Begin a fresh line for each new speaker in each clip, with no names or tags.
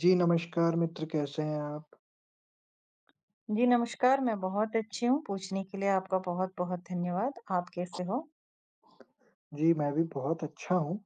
जी, नमस्कार मित्र कैसे हैं आप?
जी, नमस्कार, मैं बहुत अच्छी हूँ, पूछने के लिए आपका बहुत-बहुत धन्यवाद। आप कैसे हो?
जी, मैं भी बहुत अच्छा हूँ।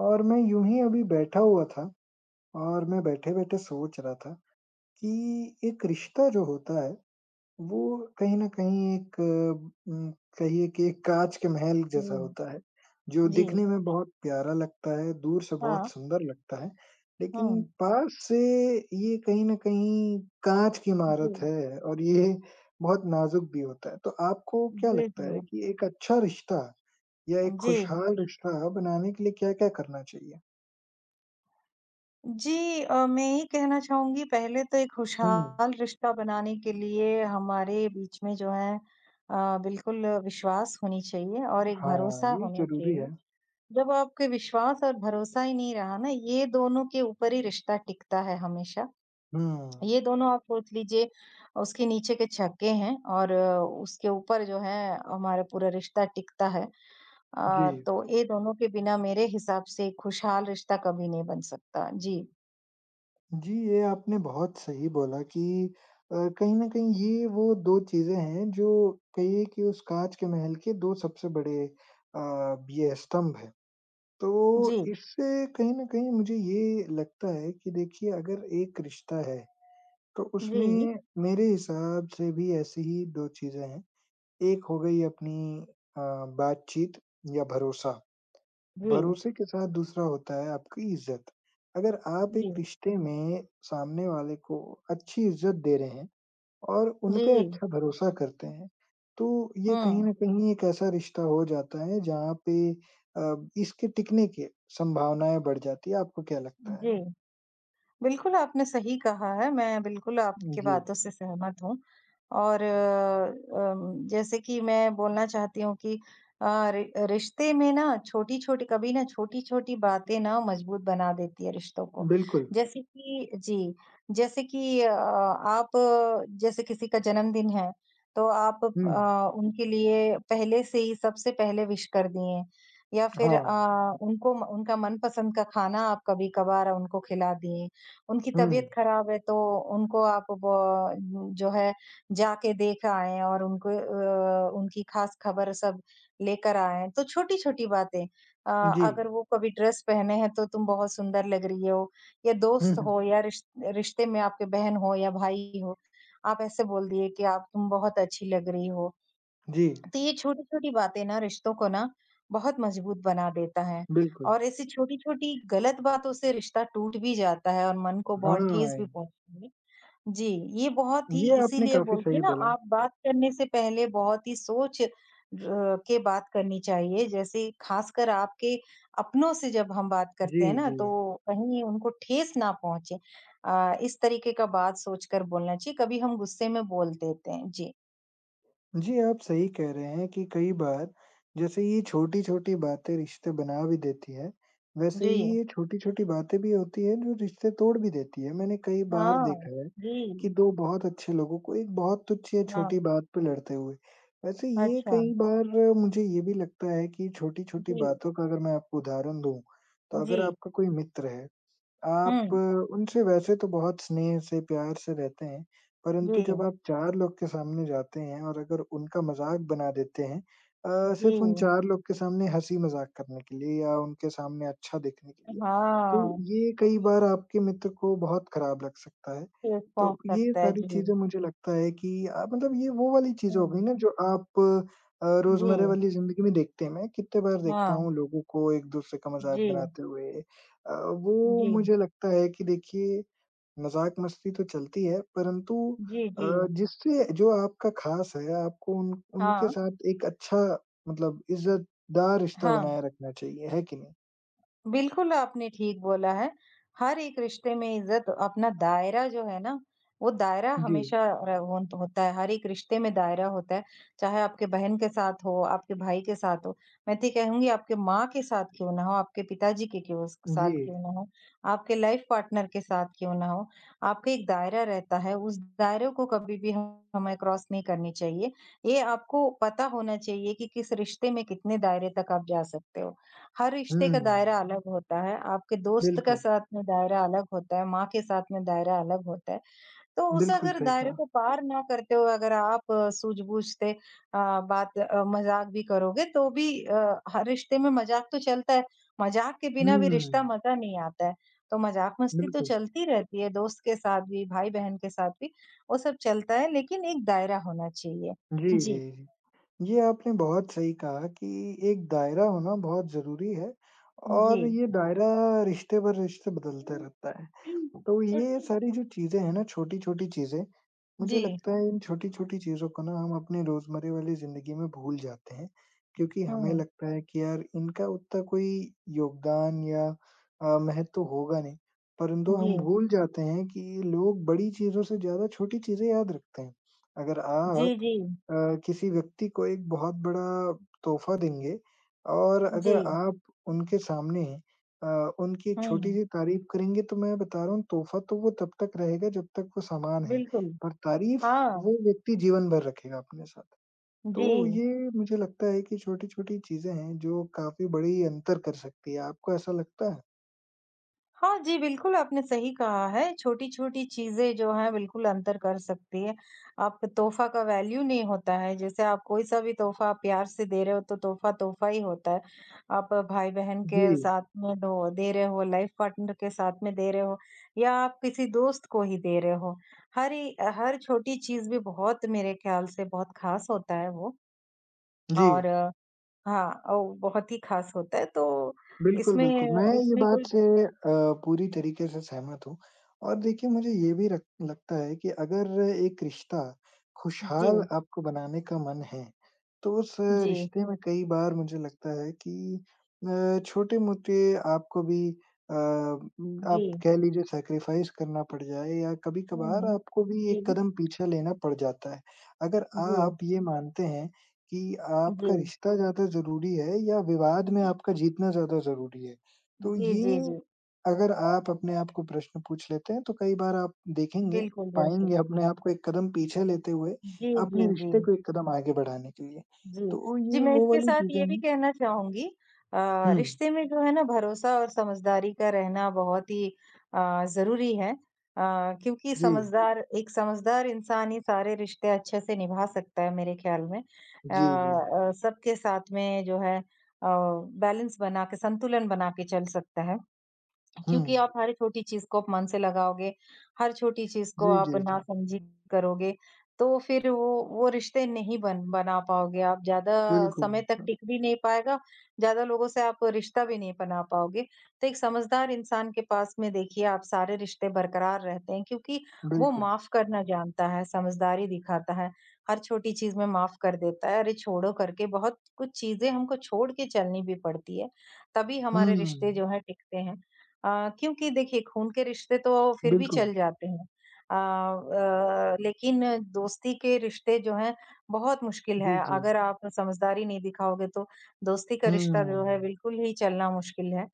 और मैं यूँ ही अभी बैठा हुआ था और मैं बैठे-बैठे सोच रहा था कि एक रिश्ता जो होता है, वो कहीं न कहीं एक कहिए कि एक काँच के महल जैसा
हुँ।
होता है, जो
जी,
दिखने में बहुत प्यारा लगता है, दूर से बहुत
हाँ,
सुंदर लगता है, लेकिन
हुँ।
पास से ये कहीं न कहीं काँच की इमारत
जी,
है और ये बहुत नाज़ुक भी होता है। तो आपको क्या
जी,
लगता
जी।
है कि एक अच्छा रिश्ता या एक
जी,
खुशहाल रिश्ता बनाने के लिए क्या-क्या करना चाहिए?
जी मैं ये कहना चाहूँगी पहले तो एक
हुँ।
खुशहाल रिश्ता बनाने के लिए हमारे बीच में जो है बिल्कुल विश्वास होनी चाहिए और एक
हाँ,
भरोसा
ये
होना
ज़रूरी है।
चाहिए। जब आपके विश्वास और भरोसा ही नहीं रहा ना, ये दोनों के ऊपर ही रिश्ता टिकता है हमेशा।
हुँ।
ये दोनों आप सोच लीजिए उसके नीचे के छक्के हैं और उसके ऊपर जो है हमारा पूरा रिश्ता टिकता है।
जी।
तो ये दोनों के बिना मेरे हिसाब से खुशहाल रिश्ता कभी नहीं बन सकता। जी,
जी, ये आपने बहुत सही बोला कि कहीं न कहीं ये वो 2 चीज़ें हैं जो कहिए कि उस काँच के महल के 2 सबसे बड़े ये स्तंभ हैं। तो
जी,
इससे कहीं न कहीं मुझे ये लगता है कि देखिए अगर एक रिश्ता है, तो
जी,
उसमें मेरे हिसाब से भी ऐसी ही 2 चीज़ें हैं। एक हो गई अपनी अ, बातचीत या भरोसा।
जी,
भरोसे के साथ दूसरा होता है आपकी इज़्ज़त। अगर आप एक
जी,
रिश्ते में सामने वाले को अच्छी इज़्ज़त दे रहे हैं और उन पे
जी,
अच्छा भरोसा करते हैं, तो ये कहीं
हुँ,
न कहीं एक ऐसा रिश्ता हो जाता है जहाँ पे इसके टिकने की संभावनाएँ बढ़ जाती है। आपको क्या लगता
जी।
है?
बिल्कुल, आपने सही कहा है। मैं बिल्कुल आपकी
जी,
बातों से सहमत हूँ और जैसे कि मैं बोलना चाहती हूँ कि अ, रि रिश्ते में ना छोटी-छोटी कभी ना छोटी-छोटी बातें ना मजबूत बना देती है रिश्तों को।
बिल्कुल।
जैसे कि जी, आप जैसे किसी का जन्मदिन है, तो आप
हुँ,
उनके लिए पहले से ही सबसे पहले विश कर दिए या फिर
हाँ।
उनको उनका मनपसंद का खाना आप कभी-कभार उनको खिला दिए। उनकी
हुँ,
तबीयत खराब है तो उनको आप ब जो है जाके देख आएँ और उनको उनकी ख़ास खबर सब लेकर आएँ। तो छोटी-छोटी बातें
जी।
अगर वो कभी ड्रेस पहने हैं तो तुम बहुत सुंदर लग रही हो, या
हुँ,
दोस्त
हुँ।
हो या रिश्ते में आपके बहन हो या भाई हो, आप ऐसे बोल दिए कि आप तुम बहुत अच्छी लग रही हो।
जी,
तो ये छोटी-छोटी बातें ना रिश्तों को ना बहुत मजबूत बना देता है,
बिल्कुल।
और ऐसी छोटी-छोटी गलत बातों से रिश्ता टूट भी जाता है और मन को बहुत ठेस
हाँ।
भी पहुँचती है। जी, ये बहुत ही
ये आपने
इसीलिए
काफ़ी
बोलते हैं
सही
ना,
बोला।
आप बात करने से पहले बहुत ही सोच र के बात करनी चाहिए। जैसे खासकर आपके अपनों से जब हम बात
जी,
करते हैं ना,
जी।
तो कहीं उनको ठेस ना पहुँचे। इस तरीके का बात सोचकर बोलना चाहिए, कभी हम गुस्से में बोल देते हैं। जी।
जी, आप सही कह रहे हैं कि कई बार जैसे ये छोटी-छोटी बातें रिश्ते बना भी देती है, वैसे
जी।
ही ये छोटी-छोटी बातें भी होती है जो रिश्ते तोड़ भी देती है। मैंने कई बार
हाँ।
देखा है
जी।
कि 2 बहुत अच्छे लोगों को एक बहुत तुच्छ या
हाँ,
छोटी बात पे लड़ते हुए। वैसे ये
अच्छा।
कई बार मुझे ये भी लगता है कि छोटी-छोटी
जी,
बातों का अगर मैं आपको उदाहरण दूँ, तो अगर
जी।
आपका कोई मित्र है आप
हुँ,
उनसे वैसे तो बहुत स्नेह से, प्यार से रहते हैं,
जी,
परंतु जब आप 4 लोग के सामने जाते हैं और अगर उनका मज़ाक बना देते हैं
जी।
सिर्फ़ उन 4 लोग के सामने हँसी-मज़ाक करने के लिए या उनके सामने अच्छा दिखने के लिए, तो
हाँ,
ये कई बार आपके मित्र को बहुत खराब लग सकता है।
केस
तो
पहुँच
ये
सकता है,
सारी
जी।
चीज़ें मुझे लगता है कि मतलब ये वो वाली चीज़ हो गई
हुँ,
ना जो आप रोज़मर्रा
जी,
वाली ज़िंदगी में देखते हैं। मैं कितने बार देखता
हाँ,
हूँ लोगों को एक-दूसरे का मज़ाक
जी,
बनाते हुए अ, वो
जी,
मुझे लगता है कि देखिए मज़ाक-मस्ती तो चलती है परंतु
जी,
अ,
जी।
जिससे जो आपका ख़ास है आपको उन उनके
हाँ,
साथ एक अच्छा मतलब इज़्ज़तदार रिश्ता
हाँ।
बनाए रखना चाहिए, है कि नहीं?
बिल्कुल, आपने ठीक बोला है। हर एक रिश्ते में इज़्ज़त अपना दायरा जो है ना, वो दायरा
जी,
हमेशा र होन होता है, हर एक रिश्ते में दायरा होता है। चाहे आपके बहन के साथ हो, आपके भाई के साथ हो, मैं तो ये कहूँगी आपके माँ के साथ क्यों ना हो, आपके पिताजी के क्यों स साथ
जी।
क्यों ना हो, आपके लाइफ़ पार्टनर के साथ क्यों ना हो, आपका एक दायरा रहता है, उस दायरे को कभी भी हमें क्रॉस नहीं करनी चाहिए। ये आपको पता होना चाहिए कि किस रिश्ते में कितने दायरे तक आप जा सकते हो। हर
हुँ,
रिश्ते का दायरा अलग होता है, आपके दोस्त का
बिल्कुल,
साथ में दायरा अलग होता है, माँ के साथ में दायरा अलग होता है। तो उस
बिल्कुल
अगर
सही
दायरे
कहा।
को पार ना करते हुए अगर आप सूझबूझ से मज़ाक भी करोगे तो भी हर रिश्ते में मज़ाक तो चलता है, मज़ाक के बिना भी
हुँ,
रिश्ता मज़ा नहीं आता है। तो मज़ाक-मस्ती तो
बिल्कुल।
चलती रहती है, दोस्त के साथ भी, भाई-बहन के साथ भी, वो सब चलता है लेकिन एक दायरा होना चाहिए।
जी, जी,
जी,
जी। ये आपने बहुत सही कहा कि एक दायरा होना बहुत ज़रूरी है
जी।
और ये दायरा रिश्ते पर रिश्ते बदलते रहता है। तो ये सारी जो चीज़ें हैं ना, छोटी-छोटी चीज़ें, मुझे
जी,
लगता है इन छोटी-छोटी चीज़ों को ना हम अपने रोज़मर्रा वाली ज़िंदगी में भूल जाते हैं, क्योंकि हमें
हुँ,
लगता है कि यार इनका उतना कोई योगदान या महत्व तो होगा नहीं, परंतु
जी।
हम भूल जाते हैं कि लोग बड़ी चीज़ों से ज़्यादा छोटी चीज़ें याद रखते हैं। अगर
जी,
आप
जी।
किसी व्यक्ति को एक बहुत बड़ा तोहफ़ा देंगे और
जी।
अगर आप उनके सामने अ, उनकी
हुँ,
छोटी-सी तारीफ करेंगे तो मैं बता रहा हूँ तोहफ़ा तो वो तब तक रहेगा जब तक वो सामान है,
बिल्कुल।
पर तारीफ
हाँ,
वो व्यक्ति जीवन भर रखेगा अपने साथ।
जी।
तो ये मुझे लगता है कि छोटी-छोटी चीज़ें हैं जो काफ़ी बड़ी अंतर कर सकती है। आपको ऐसा लगता है?
हाँ जी, बिल्कुल आपने सही कहा है, छोटी-छोटी चीज़ें जो हैं बिल्कुल अंतर कर सकती है। आप तोहफ़ा का वैल्यू नहीं होता है, जैसे आप कोई-सा भी तोहफ़ा प्यार से दे रहे हो तो तोहफ़ा तोहफ़ा ही होता है। आप भाई-बहन
जी,
के साथ में दो दे रहे हो, लाइफ़ पार्टनर के साथ में दे रहे हो, या आप किसी दोस्त को ही दे रहे हो। हर छोटी चीज़ भी बहुत, मेरे ख़्याल से बहुत ख़ास होता है वो,
जी।
और हाँ, और बहुत ही ख़ास होता है तो
बिल्कुल,
इसमें
बिल्कुल। मैं ये
इसमें कोई,
बात से अ, पूरी तरीके से सहमत हूँ और देखिए मुझे ये भी रक लगता है कि अगर एक रिश्ता
जी,
खुशहाल आपको बनाने का मन है, तो उस
जी,
रिश्ते में कई बार मुझे लगता है कि छोटे-मोटे आपको भी
जी।
आप कह लीजिए सैक्रिफाइस करना पड़ जाए या कभी-कभार
हुँ।
आपको भी
जी,
एक
जी,
कदम पीछे लेना पड़ जाता है। अगर
जी।
आप ये मानते हैं कि आपका रिश्ता ज़्यादा ज़रूरी है या विवाद में आपका जीतना ज़्यादा ज़रूरी है? तो
जी, जी,
ये
जी।
अगर आप अपने आप को प्रश्न पूछ लेते हैं, तो कई बार आप देखेंगे,
बिल्कुल,
पाएँगे
बिल्कुल।
अपने आप को एक कदम पीछे लेते हुए,
जी, जी,
अपने रिश्ते
जी।
को एक कदम आगे बढ़ाने के लिए।
जी।
तो
जी,
ये
मैं
वो
इसके
वाली
साथ
चीज़ें
ये भी
हैं।
कहना चाहूँगी
हुँ,
रिश्ते में जो है ना, भरोसा और समझदारी का रहना बहुत ही ज़रूरी है। क्योंकि
जी,
समझदार एक समझदार इंसान ही सारे रिश्ते अच्छे से निभा सकता है मेरे ख्याल में।
जी, जी।
सबके साथ में जो है बैलेंस बना के, संतुलन बना के चल सकता है।
हुँ,
क्योंकि आप हर छोटी चीज़ को आप मन से लगाओगे, हर छोटी चीज़ को
जी,
आप
जी, जी।
नासमझी करोगे, तो फिर वो रिश्ते नहीं बन बना पाओगे आप, ज़्यादा
बिल्कुल,
समय तक
बिल्कुल,
टिक भी नहीं पाएगा, ज़्यादा लोगों से आप रिश्ता भी नहीं बना पाओगे। तो एक समझदार इंसान के पास में देखिए आप सारे रिश्ते बरकरार रहते हैं, क्योंकि वो
बिल्कुल।
माफ़ करना जानता है, समझदारी दिखाता है, हर छोटी चीज़ में माफ़ कर देता है, अरे छोड़ो करके बहुत कुछ चीज़ें हमको छोड़ के चलनी भी पड़ती है, तभी
हुँ,
हमारे रिश्ते जो हैं टिकते हैं। क्योंकि देखिए खून के रिश्ते तो फिर भी
बिल्कुल।
चल जाते हैं। लेकिन दोस्ती के रिश्ते जो हैं बहुत मुश्किल है।
जी, जी।
अगर आप समझदारी नहीं दिखाओगे तो दोस्ती का
हुँ,
रिश्ता जो है बिल्कुल ही चलना मुश्किल है।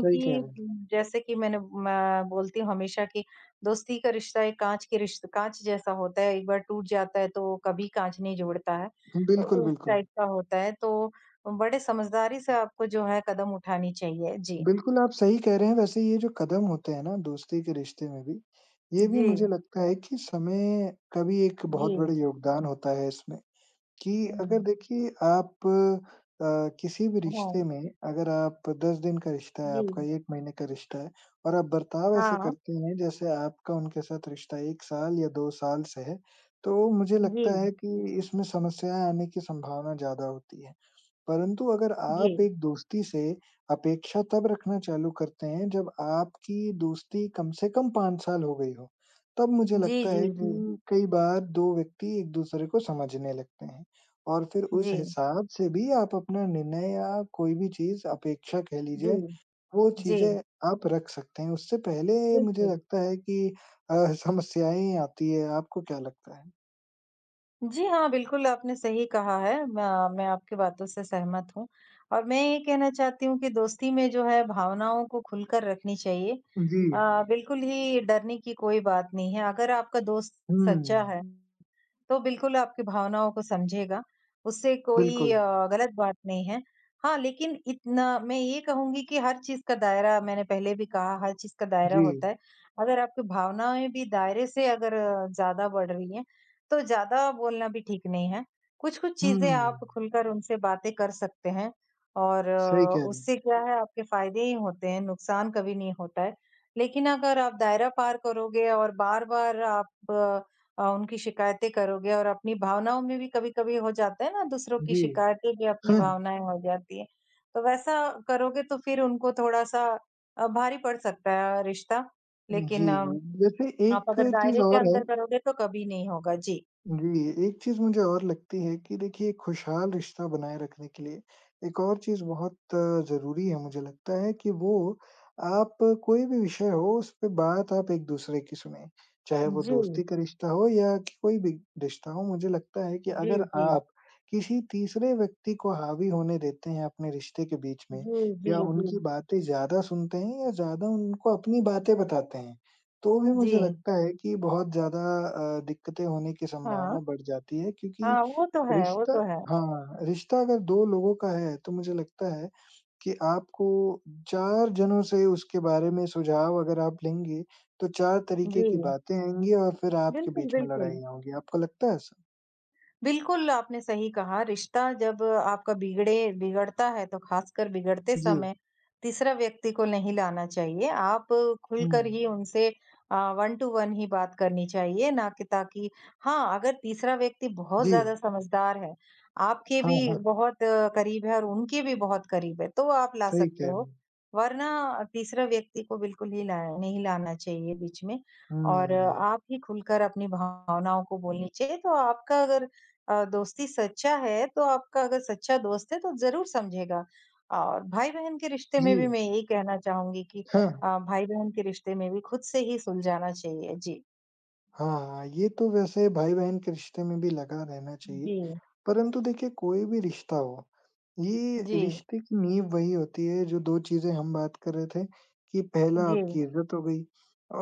सही कह रहे
जैसे कि मैंने मैं बोलती हूँ हमेशा कि दोस्ती का रिश्ता एक काँच के रिश्त काँच जैसा होता है, एक बार टूट जाता है तो कभी काँच नहीं जोड़ता है।
हैं। बिल्कुल,
उस
बिल्कुल।
टाइप का होता है तो बड़े समझदारी से आपको जो है कदम उठानी चाहिए। जी।
बिल्कुल, आप सही कह रहे हैं। वैसे ये जो कदम होते हैं ना दोस्ती के रिश्ते में भी, ये भी
जी।
मुझे लगता है कि समय का भी एक
जी,
बहुत बड़ा योगदान होता है इसमें कि
हुँ,
अगर देखिए आप अ, किसी भी
हाँ,
रिश्ते में अगर आप 10 दिन का रिश्ता है
जी,
आपका, 1 महीने का रिश्ता है और आप बर्ताव ऐसे
हाँ,
करते हैं जैसे आपका उनके साथ रिश्ता 1 साल या 2 साल से है, तो मुझे लगता
जी,
है कि इसमें समस्याएँ आने की संभावना ज़्यादा होती है। परंतु अगर
जी,
आप एक दोस्ती से अपेक्षा तब रखना चालू करते हैं जब आपकी दोस्ती कम से कम 5 साल हो गई हो, तब मुझे
जी,
लगता
जी,
है
जी,
कि कई बार 2 व्यक्ति एक-दूसरे को समझने लगते हैं और फिर उस
जी,
हिसाब से भी आप अपना निर्णय या कोई भी चीज़ अपेक्षा कह
जी,
लीजिए, वो
जी,
चीज़ें आप रख सकते हैं। उससे पहले मुझे
बिल्कुल।
लगता है कि अ, समस्याएँ आती है, आपको क्या लगता है?
जी हाँ, बिल्कुल आपने सही कहा है। मैं आपकी बातों से सहमत हूँ, और मैं ये कहना चाहती हूँ कि दोस्ती में जो है भावनाओं को खुलकर रखनी चाहिए।
जी।
बिल्कुल ही डरने की कोई बात नहीं है। अगर आपका दोस्त सच्चा
हुँ,
है, तो बिल्कुल आपकी भावनाओं को समझेगा। उससे कोई
बिल्कुल।
गलत बात नहीं है। हाँ, लेकिन इतना मैं ये कहूँगी कि हर चीज़ का दायरा, मैंने पहले भी कहा, हर चीज़ का दायरा
जी।
होता है। अगर आपकी भावनाएँ भी दायरे से अगर ज़्यादा बढ़ रही हैं, तो ज़्यादा बोलना भी ठीक नहीं है। कुछ-कुछ चीज़ें आप
हुँ।
खुलकर उनसे बातें कर सकते हैं, और
सही कह रहे हैं।
उससे क्या है, आपके फ़ायदे ही होते हैं, नुकसान कभी नहीं होता है। लेकिन अगर आप दायरा पार करोगे और बार-बार आप अ, उनकी शिकायतें करोगे और अपनी भावनाओं में भी कभी-कभी हो जाता है ना, दूसरों की
जी।
शिकायतें भी अपनी
हाँ, हाँ।
भावनाएँ हो जाती हैं। तो वैसा करोगे तो फिर उनको थोड़ा-सा भारी पड़ सकता है रिश्ता।
जी,
लेकिन
जी। जैसे
आप
एक
अगर
चीज़
दायरे के
और है।
अंदर करोगे तो कभी नहीं होगा। जी।
जी, एक चीज़ मुझे और लगती है कि देखिए खुशहाल रिश्ता बनाए रखने के लिए एक और चीज़ बहुत ज़रूरी है मुझे लगता है कि वो आप कोई भी विषय हो उस पे बात आप एक-दूसरे की सुनें। चाहे वो
जी,
दोस्ती का रिश्ता हो या कि कोई भी रिश्ता हो, मुझे लगता है कि
जी,
अगर
जी।
आप किसी तीसरे व्यक्ति को हावी होने देते हैं अपने रिश्ते के बीच में
जी, जी,
या
जी।
उनकी बातें ज़्यादा सुनते हैं या ज़्यादा उनको अपनी बातें बताते हैं तो भी
जी।
मुझे लगता है कि बहुत ज़्यादा दिक्कतें होने की
हाँ।
संभावना बढ़ जाती है क्योंकि
हाँ, वो तो है, वो
रिश्ता
तो है।
हाँ, रिश्ता अगर 2 लोगों का है तो मुझे लगता है कि आपको 4 जनों से उसके बारे में सुझाव अगर आप लेंगे, तो 4 तरीके
जी।
की बातें आएँगी और फिर आपके
बिल्कुल,
बीच में
बिल्कुल।
लड़ाइयाँ होंगी। आपको लगता है ऐसा?
बिल्कुल, आपने सही कहा, रिश्ता जब आपका बिगड़े बिगड़ता है, तो खासकर बिगड़ते
जी।
समय तीसरा व्यक्ति को नहीं लाना चाहिए। आप खुलकर
हुँ।
ही उनसे वन टू वन ही बात करनी चाहिए, ना कि, ताकि, हाँ, अगर तीसरा व्यक्ति बहुत
जी।
ज़्यादा समझदार है, आपके
हाँ,
भी
हाँ।
बहुत करीब है और उनके भी बहुत करीब है, तो आप ला
सही
सकते
कह रहे
हो।
हैं।
वरना तीसरा व्यक्ति को बिल्कुल ही ला, नहीं लाना चाहिए बीच में, और
हुँ।
आप ही खुलकर अपनी भावनाओं को बोलनी चाहिए, तो आपका अगर दोस्ती सच्चा है तो, आपका अगर सच्चा दोस्त है तो ज़रूर समझेगा। और भाई-बहन के रिश्ते
जी।
में भी मैं यही कहना चाहूँगी कि
हाँ।
भाई-बहन के रिश्ते में भी खुद से ही सुलझाना चाहिए। जी।
हाँ, हाँ, ये तो वैसे भाई-बहन के रिश्ते में भी लगा रहना चाहिए।
जी,
परंतु देखिए कोई भी रिश्ता हो, ये रिश्ते की नींव वही होती है जो 2 चीज़ें हम बात कर रहे थे कि पहला
जी,
आपकी इज़्ज़त हो गई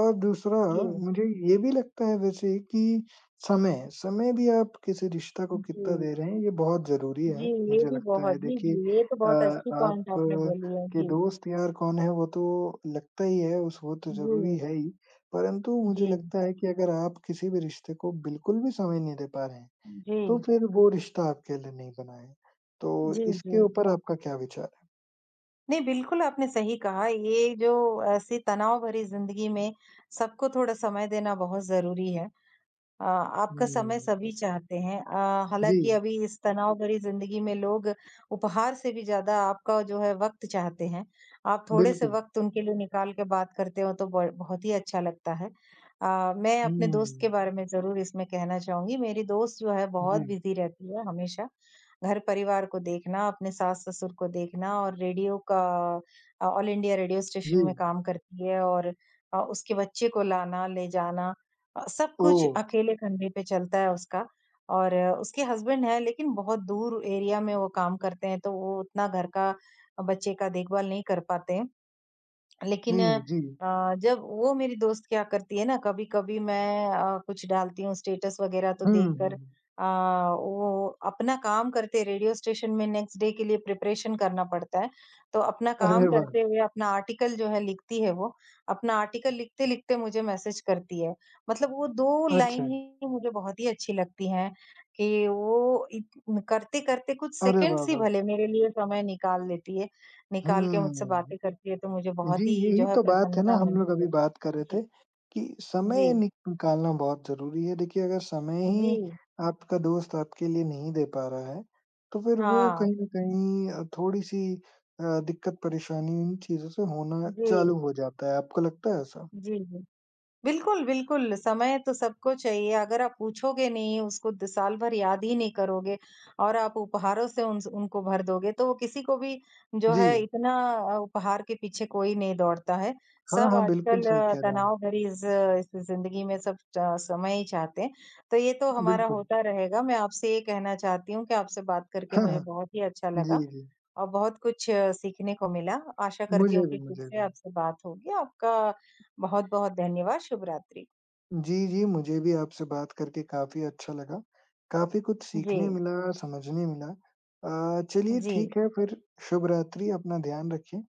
और दूसरा
जी, जी,
मुझे ये भी लगता है वैसे कि समय, समय भी आप किसी रिश्ता को
जी,
कितना दे रहे हैं ये बहुत ज़रूरी है,
जी, ये
मुझे
भी
लगता
बहुत
है।
जी,
देखिए
जी, ये तो बहुत अच्छी
आप
पॉइंट आपने बोली है।
के
जी,
दोस्त यार कौन है वो तो लगता ही है उस वो तो
जी,
ज़रूरी है ही। परंतु
जी,
मुझे लगता है कि अगर आप किसी भी रिश्ते को बिल्कुल भी समय नहीं दे पा रहे हैं,
जी,
तो फिर वो रिश्ता आपके लिए नहीं बना है। तो
जी, जी।
इसके ऊपर आपका क्या विचार है?
नहीं, बिल्कुल आपने सही कहा। ये जो ऐसी तनाव भरी ज़िंदगी में सबको थोड़ा समय देना बहुत ज़रूरी है। आपका समय
हुँ।
सभी चाहते हैं।
जी,
हालाँकि अभी इस तनाव भरी ज़िंदगी में लोग उपहार से भी ज़्यादा आपका जो है वक़्त चाहते हैं। आप थोड़े से
बिल्कुल।
वक़्त उनके लिए निकाल के बात करते हो तो ब बहुत ही अच्छा लगता है। मैं अपने दोस्त के
हुँ।
बारे में ज़रूर इसमें कहना चाहूँगी। मेरी दोस्त जो है बहुत
जी,
बिज़ी रहती है हमेशा। घर-परिवार को देखना, अपने सास-ससुर को देखना, और रेडियो का ऑल इंडिया रेडियो स्टेशन
जी।
में काम करती है, और उसके बच्चे को लाना, ले जाना, सब कुछ
ओह!
अकेले कंधे पे चलता है उसका, और उसके हस्बैंड है लेकिन बहुत दूर एरिया में वो काम करते हैं, तो वो उतना घर का बच्चे का देखभाल नहीं कर पाते हैं। लेकिन
नहीं, जी।
जब वो, मेरी दोस्त क्या करती है ना, कभी-कभी मैं कुछ डालती हूँ स्टेटस वगैरह तो
हुँ,
देखकर,
हुँ।
वो अपना काम करते, रेडियो स्टेशन में नेक्स्ट डे के लिए प्रिपरेशन करना पड़ता है। तो अपना काम
अरे वाह!
करते हुए अपना आर्टिकल जो है लिखती है वो, अपना आर्टिकल लिखते-लिखते मुझे मैसेज करती है। मतलब वो 2 लाइन
अच्छा।
ही मुझे बहुत ही अच्छी लगती हैं कि वो इत करते-करते कुछ
अरे वाह,
सेकंड्स ही
वाह!
भले मेरे लिए समय निकाल लेती है। निकाल के मुझसे बातें
हुँ।
करती है, तो मुझे
जी,
बहुत ही जो
यही
है
तो बात है ना
प्रसन्नता
हम लोग
मिलती
अभी
है।
बात कर रहे
जी।
थे कि
जी।
समय निकालना बहुत ज़रूरी है। देखिए अगर समय
जी।
ही आपका दोस्त आपके लिए नहीं दे पा रहा है, तो फिर वो
हाँ।
कहीं न कहीं थोड़ी-सी दिक्कत परेशानी इन चीज़ों से होना
जी।
चालू हो जाता है। आपको लगता है ऐसा?
जी, जी। बिल्कुल, बिल्कुल, समय तो सबको चाहिए। अगर आप पूछोगे नहीं, उसको द साल भर याद ही नहीं करोगे, और आप उपहारों से उन उनको भर दोगे, तो वो किसी को भी जो
जी।
है इतना उपहार के पीछे कोई नहीं दौड़ता है।
हाँ,
सब
हाँ, बिल्कुल
आजकल
सही कह रहे हैं।
तनाव भरी इस ज़िंदगी में सब च समय ही चाहते हैं। तो ये तो हमारा
बिल्कुल।
होता रहेगा। मैं आपसे ये कहना चाहती हूँ कि आपसे बात करके
हाँ,
मुझे
हाँ।
बहुत ही अच्छा लगा,
जी, जी।
और बहुत कुछ सीखने को मिला। आशा करती
मुझे
हूँ कि
भी,
फिर
मुझे
से
भी।
आपसे बात होगी। आपका बहुत-बहुत धन्यवाद, शुभ रात्रि।
जी, जी, मुझे भी आपसे बात करके काफ़ी अच्छा लगा। काफ़ी कुछ
जी,
सीखने मिला, समझने मिला। चलिए
जी।
ठीक है फिर शुभ रात्रि, अपना ध्यान रखिए।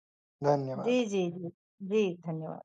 धन्यवाद।
जी, जी, जी। जी, धन्यवाद।